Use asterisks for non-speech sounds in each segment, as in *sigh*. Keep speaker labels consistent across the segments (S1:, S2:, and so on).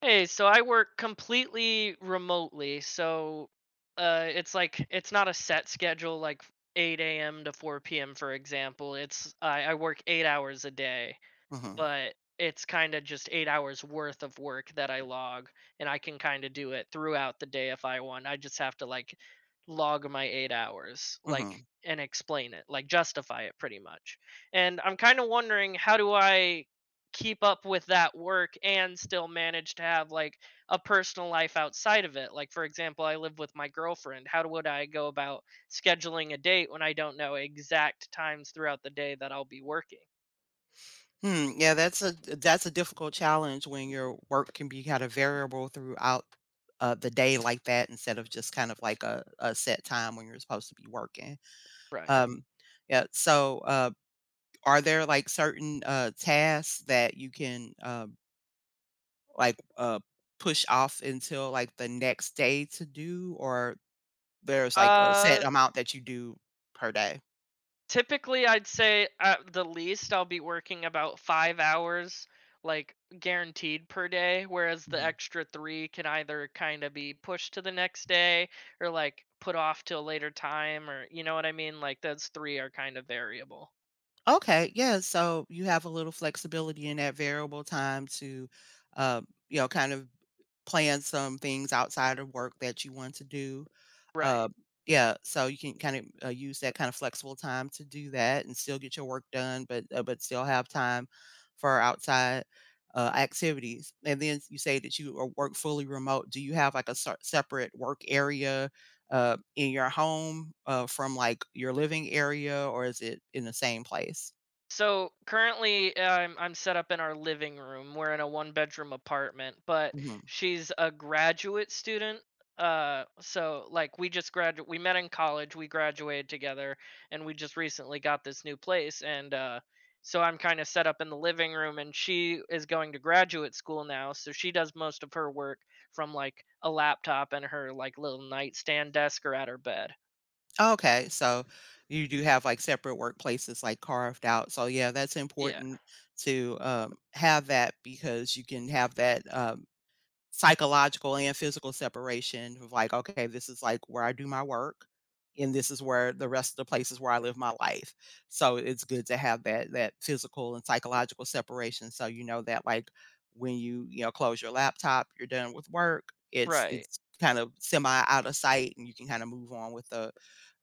S1: Hey, so I work completely remotely, so it's like it's not a set schedule like 8 a.m. to 4 p.m., for example. It's I work 8 hours a day,
S2: Mhm,
S1: but it's kind of just 8 hours worth of work that I log, and I can kind of do it throughout the day if I want. I just have to like log my 8 hours, like,
S2: mhm.
S1: and explain it, like, justify it pretty much. And I'm kind of wondering, how do I keep up with that work and still manage to have like a personal life outside of it? Like, for example, I live with my girlfriend. How would I go about scheduling a date when I don't know exact times throughout the day that I'll be working?
S2: Yeah, that's a difficult challenge when your work can be kind of variable throughout, the day like that instead of just kind of like a set time when you're supposed to be working.
S1: Right.
S2: Um, yeah, so, uh, are there, like, certain, tasks that you can, like, uh, push off until, like, the next day to do, or there's, like, a set
S1: Uh,
S2: amount that you do per day?
S1: Typically, I'd say at the least I'll be working about 5 hours, like, guaranteed per day, whereas the
S2: Mhm.
S1: extra three can either kind of be pushed to the next day or like put off till a later time, or you know what I mean, like those three are kind of variable.
S2: Okay, yeah, so you have a little flexibility in that variable time to, you know, kind of plan some things outside of work that you want to do.
S1: Right.
S2: Um, yeah, so you can kind of use that kind of flexible time to do that and still get your work done, but still have time for outside activities. And then you say that you are work fully remote. Do you have like a separate work area? In your home from like your living area, or is it in the same place?
S1: So currently, I'm set up in our living room. We're in a one bedroom apartment, but
S2: Mhm.
S1: she's a graduate student. So like we just graduated. We met in college. We graduated together, and we just recently got this new place. And so I'm kind of set up in the living room, and she is going to graduate school now. So she does most of her work from like a laptop and her like little nightstand desk or at her bed.
S2: Okay, so you do have, like, separate workplaces, like, carved out. So, yeah, that's
S1: Yeah,
S2: important to, have that because you can have that, psychological and physical separation of like, okay, this is like where I do my work and this is where the rest of the places where I live my life. So it's good to have that physical and psychological separation. So you know that like when you know, close your laptop, you're done with work, it's
S1: right.
S2: it's kind of semi out of sight and you can kind of move on with the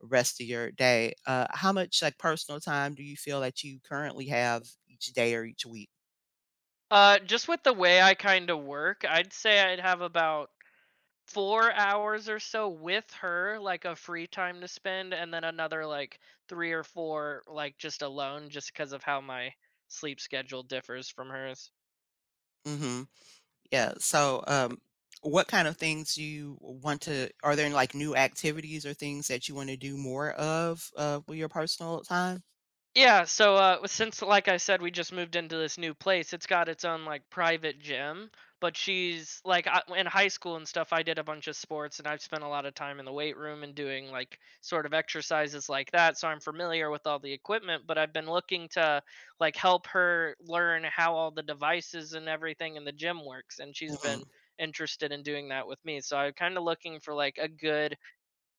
S2: rest of your day. How much like personal time do you feel that you currently have each day or each week?
S1: Just with the way I kind of work, I'd say I'd have about 4 hours or so with her, like a free time to spend, and then another like three or four, like just alone, just because of how my sleep schedule differs from hers.
S2: Mhm. Yeah. So, what kind of things do you want to? Are there like new activities or things that you want to do more of with your personal time?
S1: Yeah, so since like I said, we just moved into this new place, it's got its own like private gym, but in high school and stuff I did a bunch of sports and I've spent a lot of time in the weight room and doing like sort of exercises like that, so I'm familiar with all the equipment, but I've been looking to like help her learn how all the devices and everything in the gym works, and she's
S2: Hmm.
S1: been interested in doing that with me. So I'm kind of looking for like a good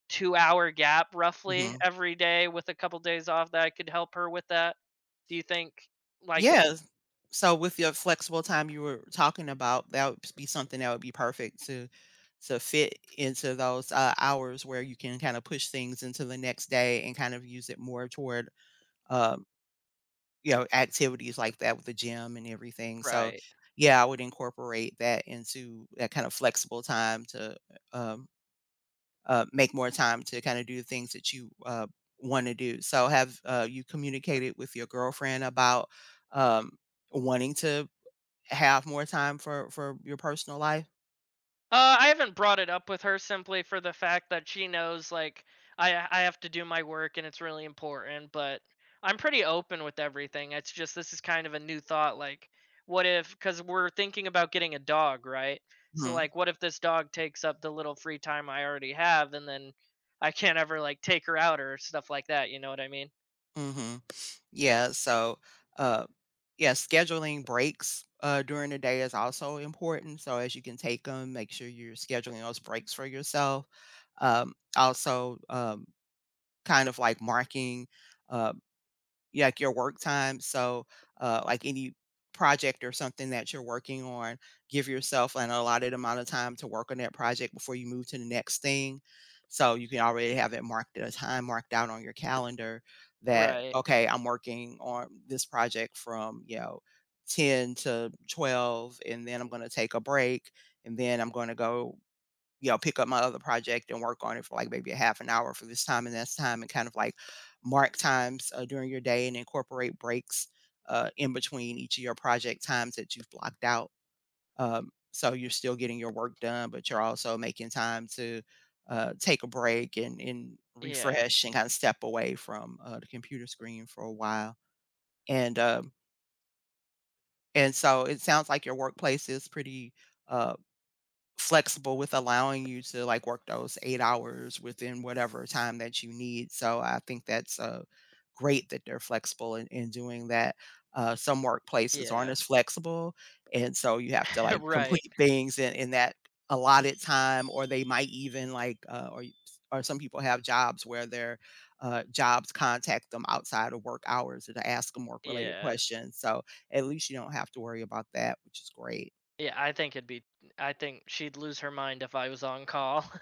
S1: 2-hour gap roughly
S2: Hmm.
S1: every day with a couple days off that I could help her with that. Do you think like
S2: Yeah. So, with your flexible time you were talking about, that would be something that would be perfect to fit into those hours where you can kind of push things into the next day and kind of use it more toward uh, you know, activities like that with the gym and everything. So,
S1: Right.
S2: yeah, I would incorporate that into that kind of flexible time to um, make more time to kind of do the things that you want to do. So, have you communicated with your girlfriend about um, wanting to have more time for your personal life?
S1: I haven't brought it up with her simply for the fact that she knows, like, I have to do my work and it's really important, but I'm pretty open with everything. It's just this is kind of a new thought, like, what if, cuz we're thinking about getting a dog, right? So
S2: Hmm.
S1: like what if this dog takes up the little free time I already have, and then I can't ever like take her out or stuff like that, you know what I mean?
S2: Hmm. Yeah. So. Uh, Yeah, scheduling breaks during the day is also important. So as you can take them, make sure you're scheduling those breaks for yourself. Also, kind of like marking uh, yeah, like your work time. So, like any project or something that you're working on, give yourself an allotted amount of time to work on that project before you move to the next thing. So you can already have it marked at a time marked out on your calendar that,
S1: Right.
S2: okay, I'm working on this project from, you know, 10 to 12, and then I'm going to take a break, and then I'm going to go you know, pick up my other project and work on it for like maybe a half an hour for this time and that's time and kind of like mark times during your day and incorporate breaks in between each of your project times that you've blocked out. So you're still getting your work done, but you're also making time to take a break and
S1: Yeah,
S2: refresh and kind of step away from the computer screen for a while. And um, and so it sounds like your workplace is pretty uh, flexible with allowing you to like work those 8 hours within whatever time that you need. So I think that's, great that they're flexible in doing that. Some workplaces aren't
S1: yeah.
S2: as flexible, and so you have to
S1: *laughs*
S2: like *laughs*
S1: Right,
S2: complete things in that allotted time, or they might even like, or some people have jobs where their, jobs contact them outside of work hours to ask them work-related
S1: yeah,
S2: questions. So at least you don't have to worry about that, which is great.
S1: yeah, I think she'd lose her mind if I was on call. *laughs*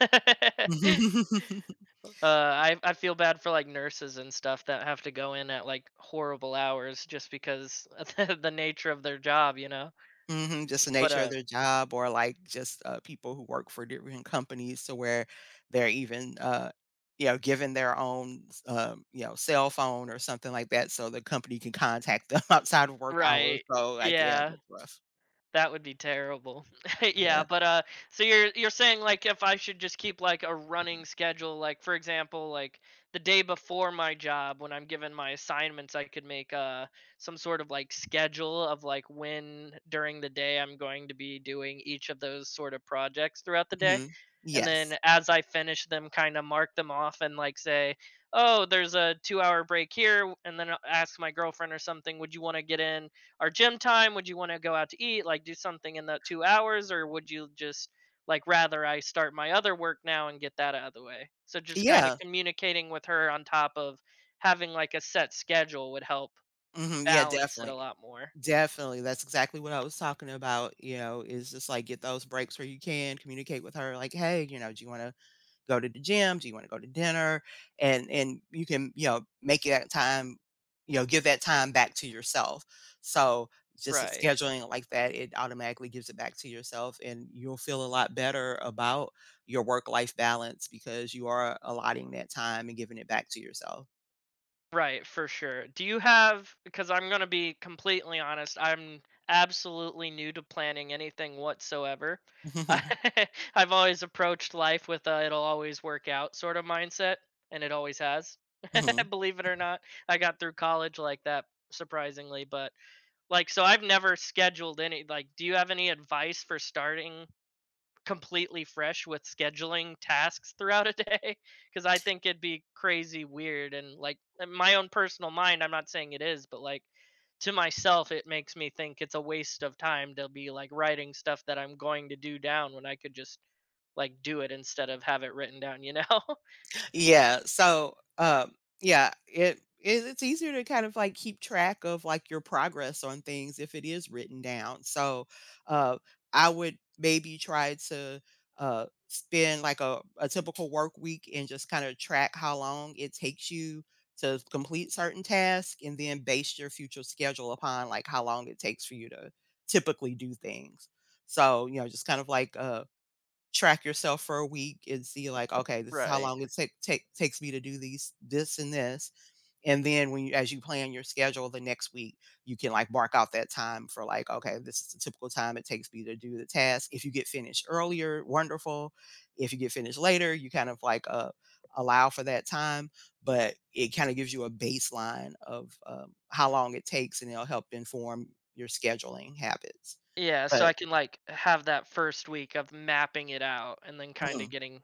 S2: *laughs*
S1: I feel bad for, like, nurses and stuff that have to go in at, like, horrible hours just because *laughs* of the nature of their job, you know?
S2: Mhm, just the
S1: But,
S2: nature of
S1: uh
S2: their job or, like, just, people who work for different companies to where they're even, you know, given their own you know, cell phone or something like that so the company can contact them *laughs* outside of work hours,
S1: Right,
S2: so, like, yeah,
S1: yeah.
S2: that's rough.
S1: That would be terrible. *laughs* Yeah,
S2: Yeah.
S1: but, so you're saying, like, if I should just keep, like, a running schedule, like, for example, like, the day before my job when I'm given my assignments, I could make, some sort of, like, schedule of, like, when during the day I'm going to be doing each of those sort of projects throughout the day,
S2: Mhm.
S1: and then
S2: Yes.
S1: as I finish them, kinda mark them off and, like, say, "Oh, there's a 2-hour break here," and then I'll ask my girlfriend or something, "Would you wanna get in our gym time? Would you want to go out to eat, like do something in the 2 hours, or would you just like rather I start my other work now and get that out of the way?" So just kind of
S2: Yeah.
S1: communicating with her on top of having like a set schedule would help
S2: Mhm, yeah,
S1: balance it a
S2: definitely.
S1: lot more.
S2: Definitely, that's exactly what I was talking about, you know, is just, like, get those breaks where you can, communicate with her, like, "Hey, you know, do you wanna go to the gym? Do you want to go to dinner?" And you can, you know, make that time, you know, give that time back to yourself. So just
S1: Right.
S2: scheduling it like that, it automatically gives it back to yourself and you'll feel a lot better about your work life balance because you are allotting that time and giving it back to yourself.
S1: Right, for sure. Do you have Because I'm gonna be completely honest, I'm absolutely new to planning anything whatsoever. *laughs*
S2: *laughs*
S1: I've always approached life with a "it'll always work out" sort of mindset, and it always has. *laughs*
S2: Mhm.
S1: Believe it or not, I got through college like that, surprisingly, but, like, so I've never scheduled any like, do you have any advice for starting completely fresh with scheduling tasks throughout a day, because I think it'd be crazy weird, and like in my own personal mind, I'm not saying it is, but like to myself it makes me think it's a waste of time to be like writing stuff that I'm going to do down when I could just like do it instead of have it written down, you know? *laughs*
S2: Yeah, so, yeah, it's easier to kind of, like, keep track of, like, your progress on things if it is written down, so, uh, I would maybe try to, spend, like, a typical work week and just kinda track how long it takes you to complete certain tasks and then base your future schedule upon, like, how long it takes for you to typically do things. So, you know, just kind of like, track yourself for a week and see like, okay, this is how
S1: Right.
S2: long it takes me to do these this and this. And then when you as you plan your schedule the next week, you can like mark out that time for like, okay, this is the typical time it takes me to do the task. If you get finished earlier, wonderful. If you get finished later, you kind of like allow for that time, but it kind of gives you a baseline of how long it takes and it'll help inform your scheduling habits.
S1: Yeah, so I
S2: But
S1: can, like, have that first week of mapping it out and then kinda getting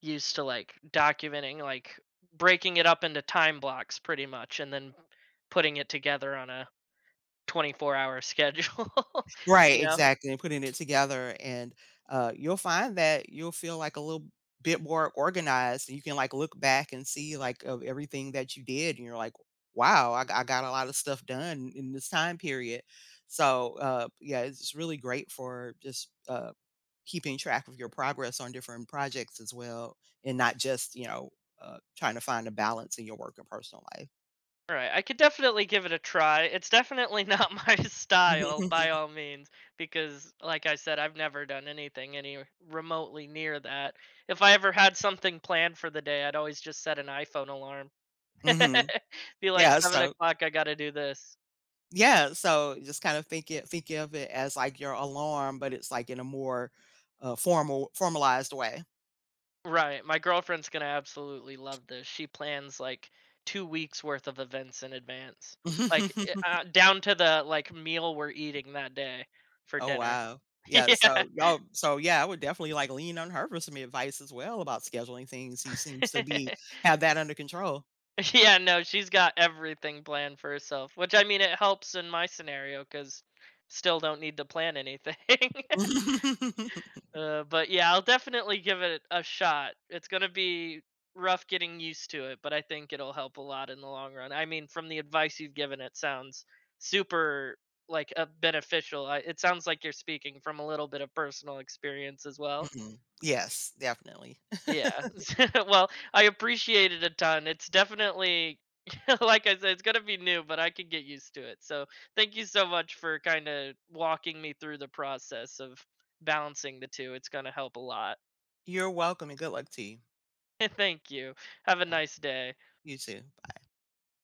S1: used to, like, documenting, like, breaking it up into time blocks pretty much, and then putting it together on a 24-hour schedule, *laughs* you
S2: right,
S1: know?
S2: exactly, and putting it together, and, you'll find that you'll feel, like, a little bit more organized, and you can, like, look back and see, like, of everything that you did, and you're like, "Wow, I got a lot of stuff done in this time period." So, yeah, it's really great for just, keeping track of your progress on different projects as well, and not just, you know, trying to find a balance in your work and personal life.
S1: Right, I could definitely give it a try. It's definitely not *laughs* my style by all
S2: *laughs*
S1: means because, like I said, I've never done anything any remotely near that. If I ever had something planned for the day, I'd always just set an iPhone alarm.
S2: Mhm.
S1: *laughs* Be like
S2: Yeah,
S1: 7
S2: so
S1: o'clock, I gotta do this.
S2: Yeah, so just kind of think of it as like your alarm, but it's like in a more, formalized way.
S1: Right, my girlfriend's gonna absolutely love this. She plans, like, 2 weeks worth of events in advance. Like,
S2: *laughs*
S1: down to the, like, meal we're eating that day for
S2: Oh,
S1: dinner.
S2: wow.
S1: *laughs*
S2: Yeah,
S1: Yeah.
S2: so y'all so Yeah, I would definitely, like, lean on her for some advice as well about scheduling things. He seems to be
S1: *laughs*
S2: have that under control.
S1: Yeah, no, she's got everything planned for herself, which, I mean, it helps in my scenario, cause still don't need to plan anything. *laughs*
S2: *laughs*
S1: But yeah, I'll definitely give it a shot. It's gonna be rough getting used to it, but I think it'll help a lot in the long run. I mean, from the advice you've given, it sounds super, like, beneficial. It sounds like you're speaking from a little bit of personal experience as well.
S2: Mhm. Yes, definitely.
S1: Yeah. *laughs* Well, I appreciate it a ton. It's definitely, *laughs* like I said, it's gonna be new, but I can get used to it. So thank you so much for kind of walking me through the process of balancing the two. It's gonna help a lot.
S2: You're welcome and good luck to you.
S1: *laughs* Thank you. Have a
S2: Bye.
S1: nice day.
S2: You too. Bye.